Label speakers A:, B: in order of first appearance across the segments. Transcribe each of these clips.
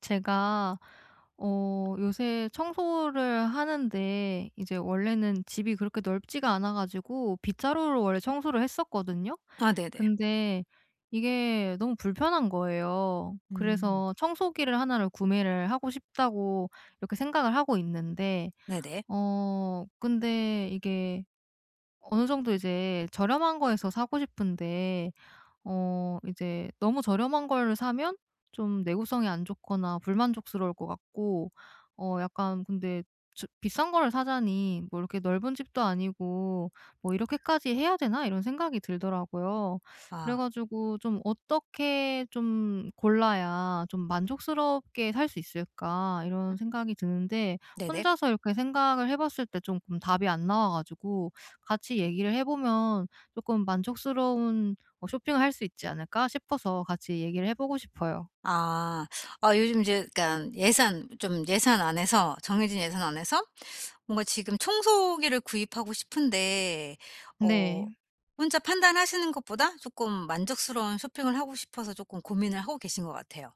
A: 제가 요새 청소를 하는데 이제 원래는 집이 그렇게 넓지가 않아 가지고 빗자루로 원래 청소를 했었거든요.
B: 아 네네.
A: 근데 이게 너무 불편한 거예요.
B: 음.
A: 그래서 '청소기를 하나를 구매를 하고 싶다.'고 이렇게 생각을 하고 있는데
B: 네네.
A: 근데 이게 어느 정도 이제 저렴한 거에서 사고 싶은데 이제 너무 저렴한 걸 사면 좀 내구성이 안 좋거나 불만족스러울 것 같고 약간 근데 저 비싼 거를 사자니 뭐 이렇게 넓은 집도 아니고 '뭐 이렇게까지 해야 되나?' 이런 생각이 들더라고요. 그래
B: 아
A: 가지고 좀 '어떻게 좀 골라야 좀 만족스럽게 살 수 있을까?' 이런 생각이 드는데
B: 네네.
A: 혼자서 이렇게 생각을 해 봤을 때 조금 답이 안 나와 가지고 같이 얘기를 해 보면 조금 만족스러운 쇼핑을 할 수 있지 않을까 싶어서 같이 얘기를 해 보고 싶어요.
B: 아. 아 요즘 이제 그니 예산 좀 예산 안에서 정해진 예산 안에서 뭔가 지금 청소기를 구입하고 싶은데 어
A: 네.
B: 혼자 판단하시는 것보다 조금 만족스러운 쇼핑을 하고 싶어서 조금 고민을 하고 계신 것 같아요.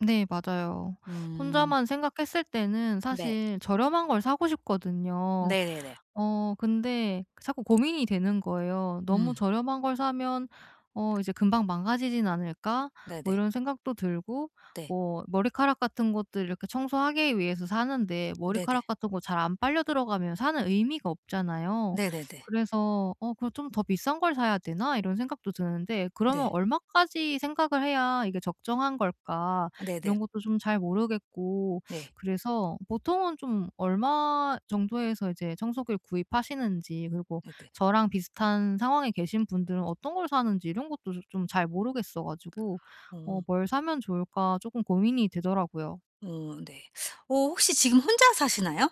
A: 네, 맞아요.
B: 음.
A: 혼자만 생각했을 때는
B: 네.
A: 사실 저렴한 걸 사고 싶거든요.
B: 네네네.
A: 근데 자꾸 고민이 되는 거예요. '너무
B: 음.
A: 저렴한 걸 사면 이제 금방 망가지진 않을까?' 뭐
B: 네네.
A: 이런 생각도 들고
B: 네.
A: 뭐 머리카락 같은 것들 이렇게 청소하기 위해서 사는데
B: 네네.
A: 머리카락 같은 거 잘 안 빨려 들어가면 사는 의미가 없잖아요.
B: 네네네.
A: 그래서 '어 그럼 좀 더 비싼 걸 사야 되나?' 이런 생각도 드는데 그러면
B: 네.
A: 얼마까지 생각을 해야 이게 적정한 걸까
B: 네네.
A: 이런 것도 좀 잘 모르겠고
B: 네.
A: 그래서 보통은 좀 얼마 정도에서 이제 청소기를 구입하시는지, 그리고
B: 네네.
A: 저랑 비슷한 상황에 계신 분들은 어떤 걸 사는지 이런 것도 좀 잘 모르겠어 가지고
B: 어.
A: 뭘 사면 좋을까 조금 고민이 되더라고요.
B: 어 네. 어 혹시 지금 혼자 사시나요?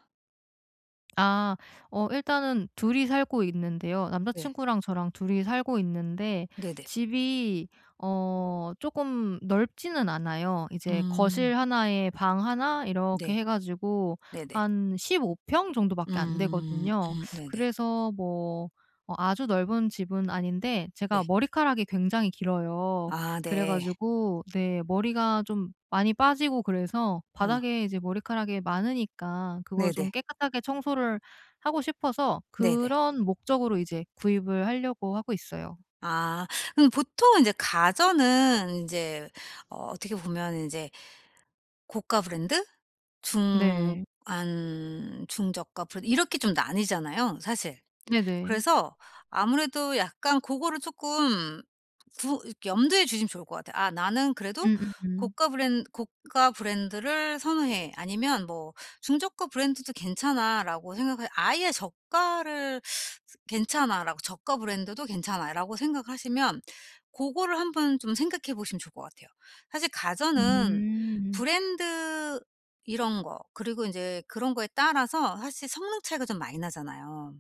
A: 아. 일단은 둘이 살고 있는데요.
B: 네.
A: 남자친구랑 저랑 둘이 살고 있는데
B: 네네.
A: 집이 조금 넓지는 않아요. 이제
B: 음.
A: 거실 하나에 방 하나 이렇게
B: 네.
A: 해 가지고
B: 네네.
A: 한 15평 정도밖에 안
B: 음.
A: 되거든요.
B: 네네.
A: 그래서 뭐 아주 넓은 집은 아닌데
B: 네.
A: 제가 머리카락이 굉장히 길어요.
B: 아
A: 그래
B: 네.
A: 가지고 네, 머리가 좀 많이 빠지고, 그래서
B: 어
A: 바닥에 이제 머리카락이 많으니까 그걸
B: 네네.
A: 좀 깨끗하게 청소를 하고 싶어서
B: 네네.
A: 그런 목적으로 이제 구입을 하려고 하고 있어요.
B: 아 그럼 보통 인제 가전은 인제 어떻게 보면 인제 고가 브랜드, 중안,
A: 네.
B: 중저가 브랜드 이렇게 좀 나뉘잖아요 사실.
A: 네네.
B: 그래서 아무래도 약간 그거를 조금 구 이렇게 염두에 주시면 좋을 것 같아요. '아 나는 그래도
A: 음음음.
B: 고가 브랜드를 선호해.' 아니면 뭐 '중저가 브랜드도 괜찮아.'라고 생각하 아예 '저가를 괜찮아.'라고 '저가 브랜드도 괜찮아.'라고 생각하시면 그거를 한번 좀 생각해 보시면 좋을 것 같아요. 사실 가전은
A: 음.
B: 브랜드 이런 거 그리고 이제 그런 거에 따라서 사실 성능 차이가 좀 많이 나잖아요.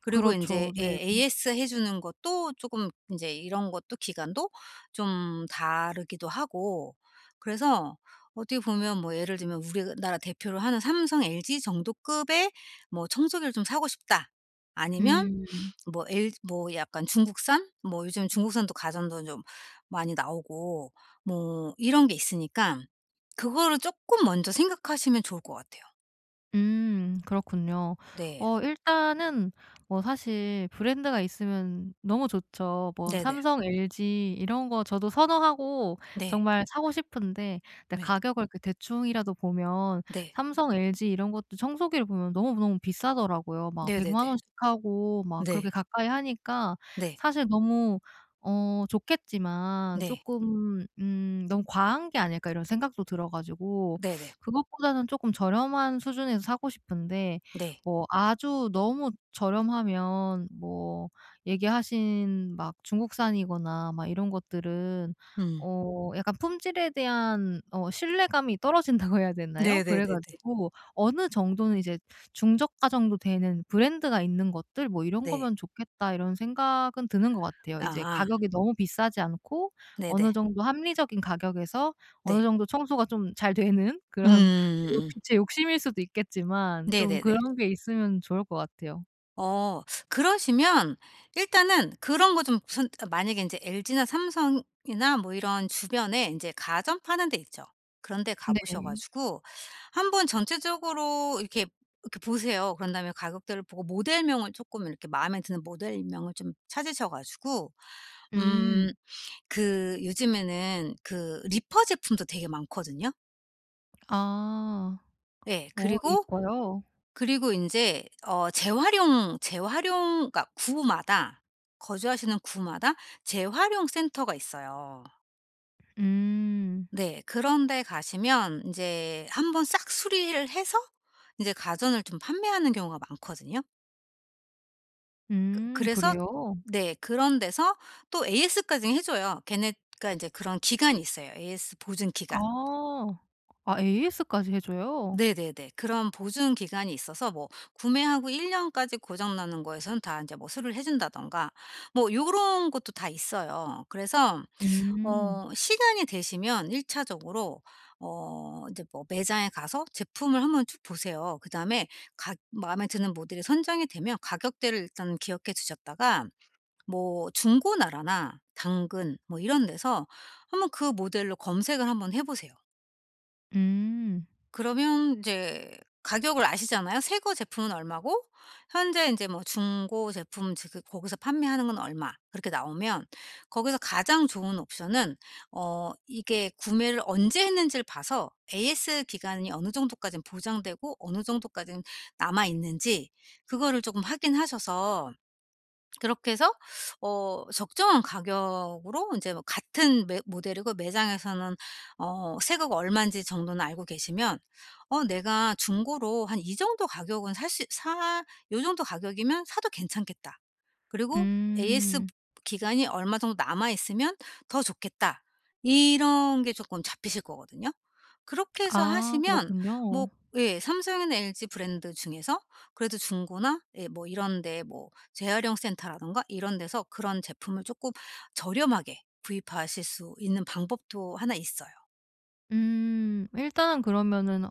B: 그리고
A: 그렇죠.
B: 인제 예
A: 네.
B: AS 해 주는 것도 쪼금 인제 이런 것도 기간도 좀 다르기도 하고. 그래서 어떻게 보면 뭐 예를 들면 우리나라 대표를 하는 삼성, LG 정도급의 뭐 청소기를 좀 사고 싶다. 아니면
A: 음.
B: 뭐 엘 뭐 약간 중국산 뭐 요즘 중국산도 가전도 좀 많이 나오고 뭐 이런 게 있으니까 그거를 쪼끔 먼저 생각하시면 좋을 것 같아요.
A: 음, 그렇군요.
B: 네.
A: 일단은 뭐 사실 브랜드가 있으면 너무 좋죠. 뭐
B: 네네.
A: 삼성, LG 이런 거 저도 선호하고
B: 네.
A: 정말 사고 싶은데, 근데
B: 네.
A: 가격을 이렇게 대충이라도 보면
B: 네.
A: 삼성, LG 이런 것도 청소기를 보면 너무너무 비싸더라고요. 막 1 0
B: 네네네. 네. 네.
A: 0 원씩 하고 막 그렇게
B: 네.
A: 가까이 하니까
B: 네.
A: 사실 너무 좋겠지만
B: 네.
A: 조금 '너무 과한 게 아닐까.' 이런 생각도 들어 가지고
B: 네네.
A: 그것보다는 쪼끔 저렴한 수준에서 사고 싶은데
B: 네.
A: 뭐 아주 너무 저렴하면 뭐 얘기하신 막 중국산이거나 막 이런 것들은
B: 음.
A: 약간 품질에 대한 신뢰감이 떨어진다고 해야 되나요? 그래
B: 네네네네.
A: 가지고 어느 정도는 이제 '중저가 정도 되는 브랜드가 있는 것들 뭐 이런
B: 네.
A: 거면 좋겠다.' 이런 생각은 드는 것 같아요. 이제
B: 아.
A: 가격이 너무 비싸지 않고
B: 네네.
A: 어느 정도 합리적인 가격에서 어느
B: 네.
A: 정도 청소가 좀 잘 되는 그런
B: 음음음.
A: 제 욕심일 수도 있겠지만 좀
B: 네네네.
A: 그런 게 있으면 좋을 것 같아요.
B: 어 그러시면 일단은 그런 거 좀 선 만약에 인제 LG나 삼성이나 뭐 이런 주변에 인제 가전 파는 데 있죠. 그런 데 가 보셔
A: 네.
B: 가지고 한번 전체적으로 이렇게 보세요. 그런 다음에 가격대를 보고 모델명을 쪼끔 이렇게 마음에 드는 모델명을 좀 찾으셔 가지고
A: 음.
B: 음 그 요즘에는 그 리퍼 제품도 되게 많거든요.
A: 아.
B: 예.
A: 어
B: 그리고,
A: 리퍼요?
B: 그리고 인제 재활용 그러니까 구마다 거주하시는 구마다 재활용 센터가 있어요.
A: 음.
B: 네. 그런 데 가시면 인제 한번 싹 수리를 해서 인제 가전을 좀 판매하는 경우가 많거든요.
A: 음,
B: 그래서
A: 그래요?
B: 네. 그런 데서 또 AS까지 해 줘요. 걔네가 인제 그런 기간이 있어요. AS 보증 기간.
A: 아. 아, AS까지 해 줘요?
B: 네네네. 그런 보증 기간이 있어서 뭐 구매하고 1 년까지 고장 나는 거에선 다 인제 뭐 수리를 해 준다든가 뭐 요런 것도 다 있어요. 그래서
A: 음.
B: 시간이 되시면 1 차적으로 인제 뭐 매장에 가서 제품을 한번 쭉 보세요. 그다음에 가 마음에 드는 모델이 선정이 되면 가격대를 일단 기억해 두셨다가 뭐 중고나라나 당근 뭐 이런 데서 한번 그 모델로 검색을 한번 해 보세요.
A: 음.
B: 그러면 이제 가격을 아시잖아요. 새거 제품은 얼마고 현재 인제 뭐 중고 제품 지 그 거기서 판매하는 건 얼마 그렇게 나오면 거기서 가장 좋은 옵션은 이게 구매를 언제 했는지를 봐서 AS 기간이 어느 정도까지는 보장되고 어느 정도까지는 남아 있는지 그거를 쪼금 확인하셔서 그렇게 해서 적정한 가격으로 인제 뭐 같은 매 모델이고 매장에서는 새거가 얼만지 정도는 알고 계시면 어 '내가 중고로 한 이 정도 가격은 살 수 사 요 정도 가격이면 사도 괜찮겠다.' 그리고 AS
A: 음.
B: 기간이 얼마 정도 남아 있으면 '더 좋겠다.' 이런 게 조금 잡히실 거거든요. 그렇게 해서
A: 아,
B: 하시면 뭐
A: 그렇군요.
B: 예 삼성이나 LG 브랜드 중에서 그래도 중고나 예 뭐 이런 데 뭐 재활용 센터라든가 이런 데서 그런 제품을 조금 저렴하게 구입하실 수 있는 방법도 하나 있어요.
A: 음. 일단은 그러면은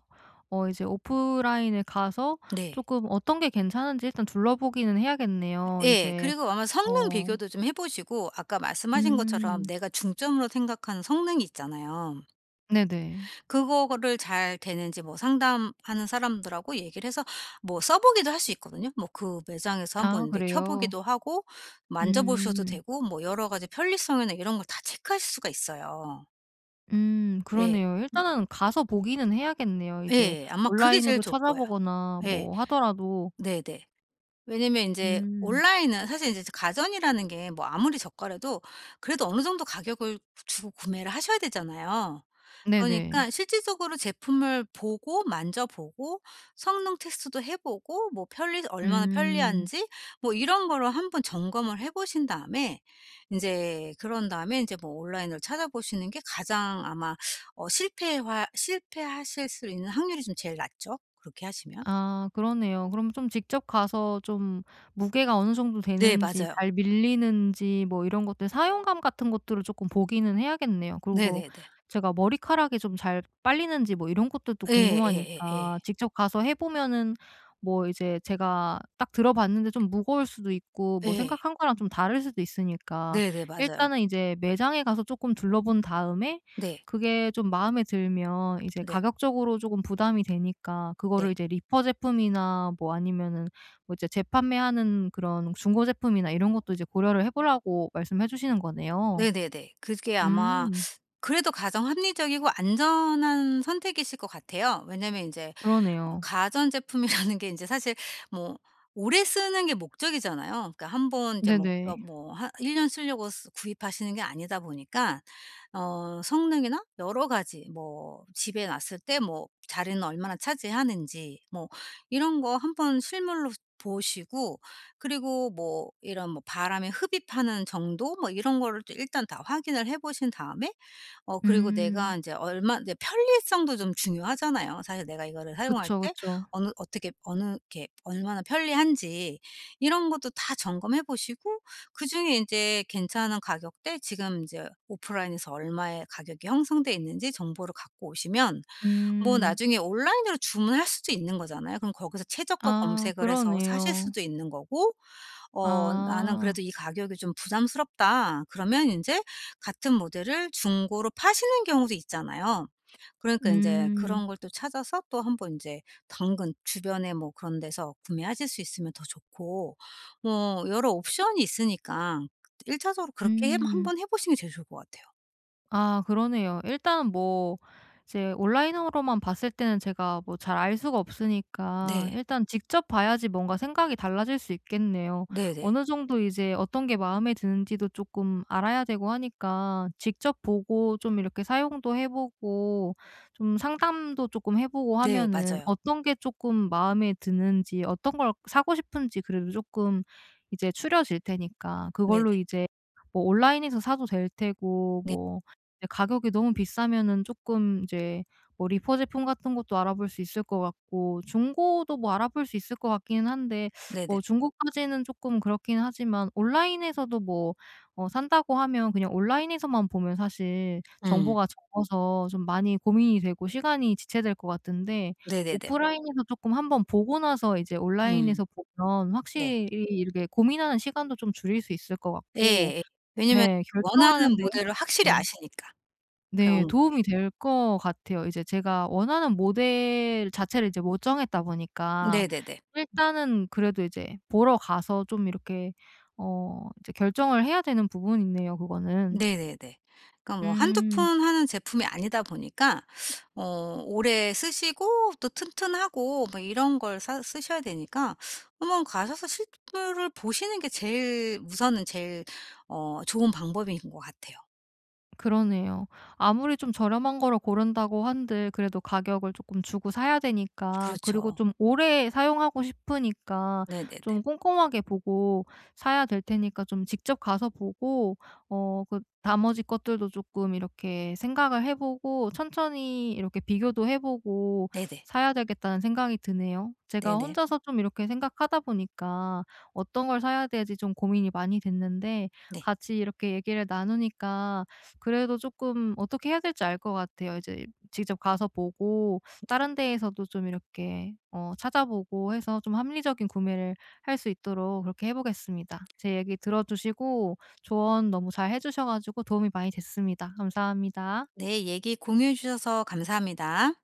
A: 이제 오프라인에 가서
B: 네.
A: 조금 어떤 게 괜찮은지 일단 둘러보기는 해야겠네요,
B: 예.
A: 이제.
B: 그리고 아마 성능
A: 어
B: 비교도 좀 해 보시고 아까 말씀하신 것처럼
A: 음.
B: 내가 중점으로 생각하는 성능이 있잖아요.
A: 네네.
B: 그거를 잘 되는지 뭐 상담하는 사람들하고 얘기를 해서 뭐 써 보기도 할 수 있거든요. 뭐 그 매장에서 한번
A: 아
B: 이제 켜
A: 그래요?
B: 보기도 하고 만져 보셔도
A: 음.
B: 되고 뭐 여러 가지 편리성이나 이런 걸 다 체크하실 수가 있어요. 예.
A: 그러네요.
B: 음
A: 일단은 가서 보기는 해야겠네요, 이제,
B: 예. 아마 그게 제일
A: 온라인으로
B: 좋을 거예요.
A: 찾아보거나
B: 예.
A: 뭐 하더라도.
B: 네네. 왜냐면 이제
A: 음.
B: 온라인은 사실 이제 가전이라는 게 뭐 아무리 저가라도 그래도 어느 정도 가격을 주고 구매를 하셔야 되잖아요.
A: 네네.
B: 그러니까 실질적으로 제품을 보고 만져보고 성능 테스트도 해 보고 뭐 편리 얼마나
A: 음.
B: 편리한지 뭐 이런 거로 한번 점검을 해 보신 다음에 이제 그런 다음에 이제 뭐 온라인으로 찾아보시는 게 가장 아마 어 실패화 실패하실 수 있는 확률이 좀 제일 낮죠, 그렇게 하시면.
A: 아 그러네요. 그럼 좀 직접 가서 좀 무게가 어느 정도
B: 네
A: 되는지,
B: 맞아요.
A: 잘 밀리는지 뭐 이런 것들 사용감 같은 것들을 조금 보기는 해야겠네요. 그리고
B: 네네네.
A: 제가 머리카락이 좀 잘 빨리는지 뭐 이런 것들도
B: 예. 예예예. 예.
A: 궁금하니까
B: 예.
A: 직접 가서 해 보면은 뭐 이제 제가 딱 들어 봤는데 좀 무거울 수도 있고 뭐
B: 예.
A: 생각한 거랑 좀 다를 수도 있으니까
B: 네네. 맞아요.
A: 일단은 이제 매장에 가서 조금 둘러본 다음에
B: 네.
A: 그게 좀 마음에 들면 이제
B: 네.
A: 가격적으로 조금 부담이 되니까
B: 네.
A: 그거를 이제 리퍼 제품이나 뭐 아니면은 뭐 이제 재판매하는 그런 중고 제품이나 이런 것도 이제 고려를 해 보라고 말씀해 주시는 거네요.
B: 네네네. 그게 아마
A: 음
B: 그래도 가장 합리적이고 안전한 선택이실 것 같아요. 왜냐면 인제
A: 그러네요.
B: 가전제품이라는 게 인제 사실 뭐 오래 쓰는 게 목적이잖아요. 그러니까 한번 이제 뭐 몇
A: 네네.
B: 뭐 한 1 년 쓰려고 쓰 구입하시는 게 아니다 보니까 성능이나 여러 가지 뭐 집에 놨을 때 뭐 자리는 얼마나 차지하는지 뭐 이런 거 한번 실물로 보시고 그리고 뭐 이런 뭐 바람에 흡입하는 정도 뭐 이런 거를 또 일단 다 확인을 해 보신 다음에 그리고 내가
A: 음.
B: 인제 얼마 이제 편리성도 좀 중요하잖아요. 사실 내가 이거를 사용할
A: 그쵸,
B: 때
A: 그쵸.
B: 어느 어떻게 어느 이렇게 얼마나 편리한지 이런 것도 다 점검해 보시고 그중에 인제 괜찮은 가격대 지금 인제 오프라인에서 얼마의 가격이 형성돼 있는지 정보를 갖고 오시면 뭐
A: 음.
B: 나중에 온라인으로 주문할 수도 있는 거잖아요. 그럼 거기서 최저가
A: 아
B: 검색을 해서 사실
A: 그러네요.
B: 수도 있는 거고 어 '나는
A: 아.
B: 그래도 이 가격이 좀 부담스럽다.' 그러면 이제 같은 모델을 중고로 파시는 경우도 있잖아요. 그러니까 이제
A: 음.
B: 그런 걸 또 찾아서 또 한번 이제 당근 주변에 뭐 그런 데서 구매하실 수 있으면 더 좋고 뭐 여러 옵션이 있으니까 일차적으로 그렇게 해
A: 음.
B: 한번 해 보시는 게 제일 좋을 것 같아요.
A: 아 그러네요. 일단 뭐 이제 온라인으로만 봤을 때는 제가 뭐 잘 알 수가 없으니까
B: 네.
A: 일단 직접 봐야지 뭔가 생각이 달라질 수 있겠네요.
B: 네네.
A: 어느 정도 이제 어떤 게 마음에 드는지도 조금 알아야 되고 하니까 직접 보고 좀 이렇게 사용도 해 보고 좀 상담도 조금 해 보고
B: 네
A: 하면은
B: 맞아요.
A: 어떤 게 조금 마음에 드는지, 어떤 걸 사고 싶은지 그래도 조금 이제 추려질 테니까 그걸로
B: 네네.
A: 이제 뭐 온라인에서 사도 될 테고,
B: 네.
A: 뭐 이제 가격이 너무 비싸면은 조금 이제 뭐 리퍼 제품 같은 것도 알아볼 수 있을 것 같고 중고도 뭐 알아볼 수 있을 것 같기는 한데
B: 네네.
A: 뭐 중고까지는 조금 그렇긴 하지만 온라인에서도 뭐 산다고 하면 그냥 온라인에서만 보면 사실
B: 음.
A: 정보가 적어서 좀 많이 고민이 되고 시간이 지체될 것 같은데
B: 네네네.
A: 오프라인에서 조금 한번 보고 나서 이제
B: 음.
A: 온라인에서 보면
B: 네.
A: 확실히 이렇게 고민하는 시간도 좀 줄일 수 있을 것 같고,
B: 예예. 왜냐면
A: 네, 결정하는
B: 원하는
A: 데
B: 모델을 확실히
A: 네.
B: 아시니까.
A: 네,
B: 그런
A: 도움이 될 것 같아요. 이제 제가 원하는 모델 자체를 이제 못 정했다 보니까
B: 네네네.
A: 일단은 그래도 이제 보러 가서 좀 이렇게 이제 결정을 해야 되는 부분이네요, 그거는.
B: 네네네. 그러니까 뭐 한두
A: 음.
B: 푼 하는 제품이 아니다 보니까 어 오래 쓰시고 또 튼튼하고 뭐 이런 걸 사 쓰셔야 되니까 한번 가셔서 실물을 보시는 게 제일 어 좋은 방법인 것 같아요.
A: 그러네요. 아무리 좀 저렴한 거를 고른다고 한들 그래도 가격을 조금 주고 사야 되니까, 그리고
B: 그렇죠.
A: 좀 오래 사용하고 싶으니까
B: 네네네.
A: 좀 꼼꼼하게 보고 사야 될 테니까 좀 직접 가서 보고 그 나머지 것들도 조금 이렇게 생각을 해 보고 천천히 이렇게 비교도 해 보고
B: 네네.
A: 사야 되겠다는 생각이 드네요. 제가
B: 네네.
A: 혼자서 좀 이렇게 생각하다 보니까 어떤 걸 사야 될지 좀 고민이 많이 됐는데
B: 네.
A: 같이 이렇게 얘기를 나누니까 그래도 조금 어떻게 해야 될지 알 것 같아요. 이제 직접 가서 보고 다른 데에서도 좀 이렇게 찾아보고 해서 좀 합리적인 구매를 할 수 있도록 그렇게 해 보겠습니다. 제 얘기 들어 주시고 조언 너무 잘 해 주셔 가지고 도움이 많이 됐습니다. 감사합니다.
B: 네. 얘기 공유해 주셔서 감사합니다.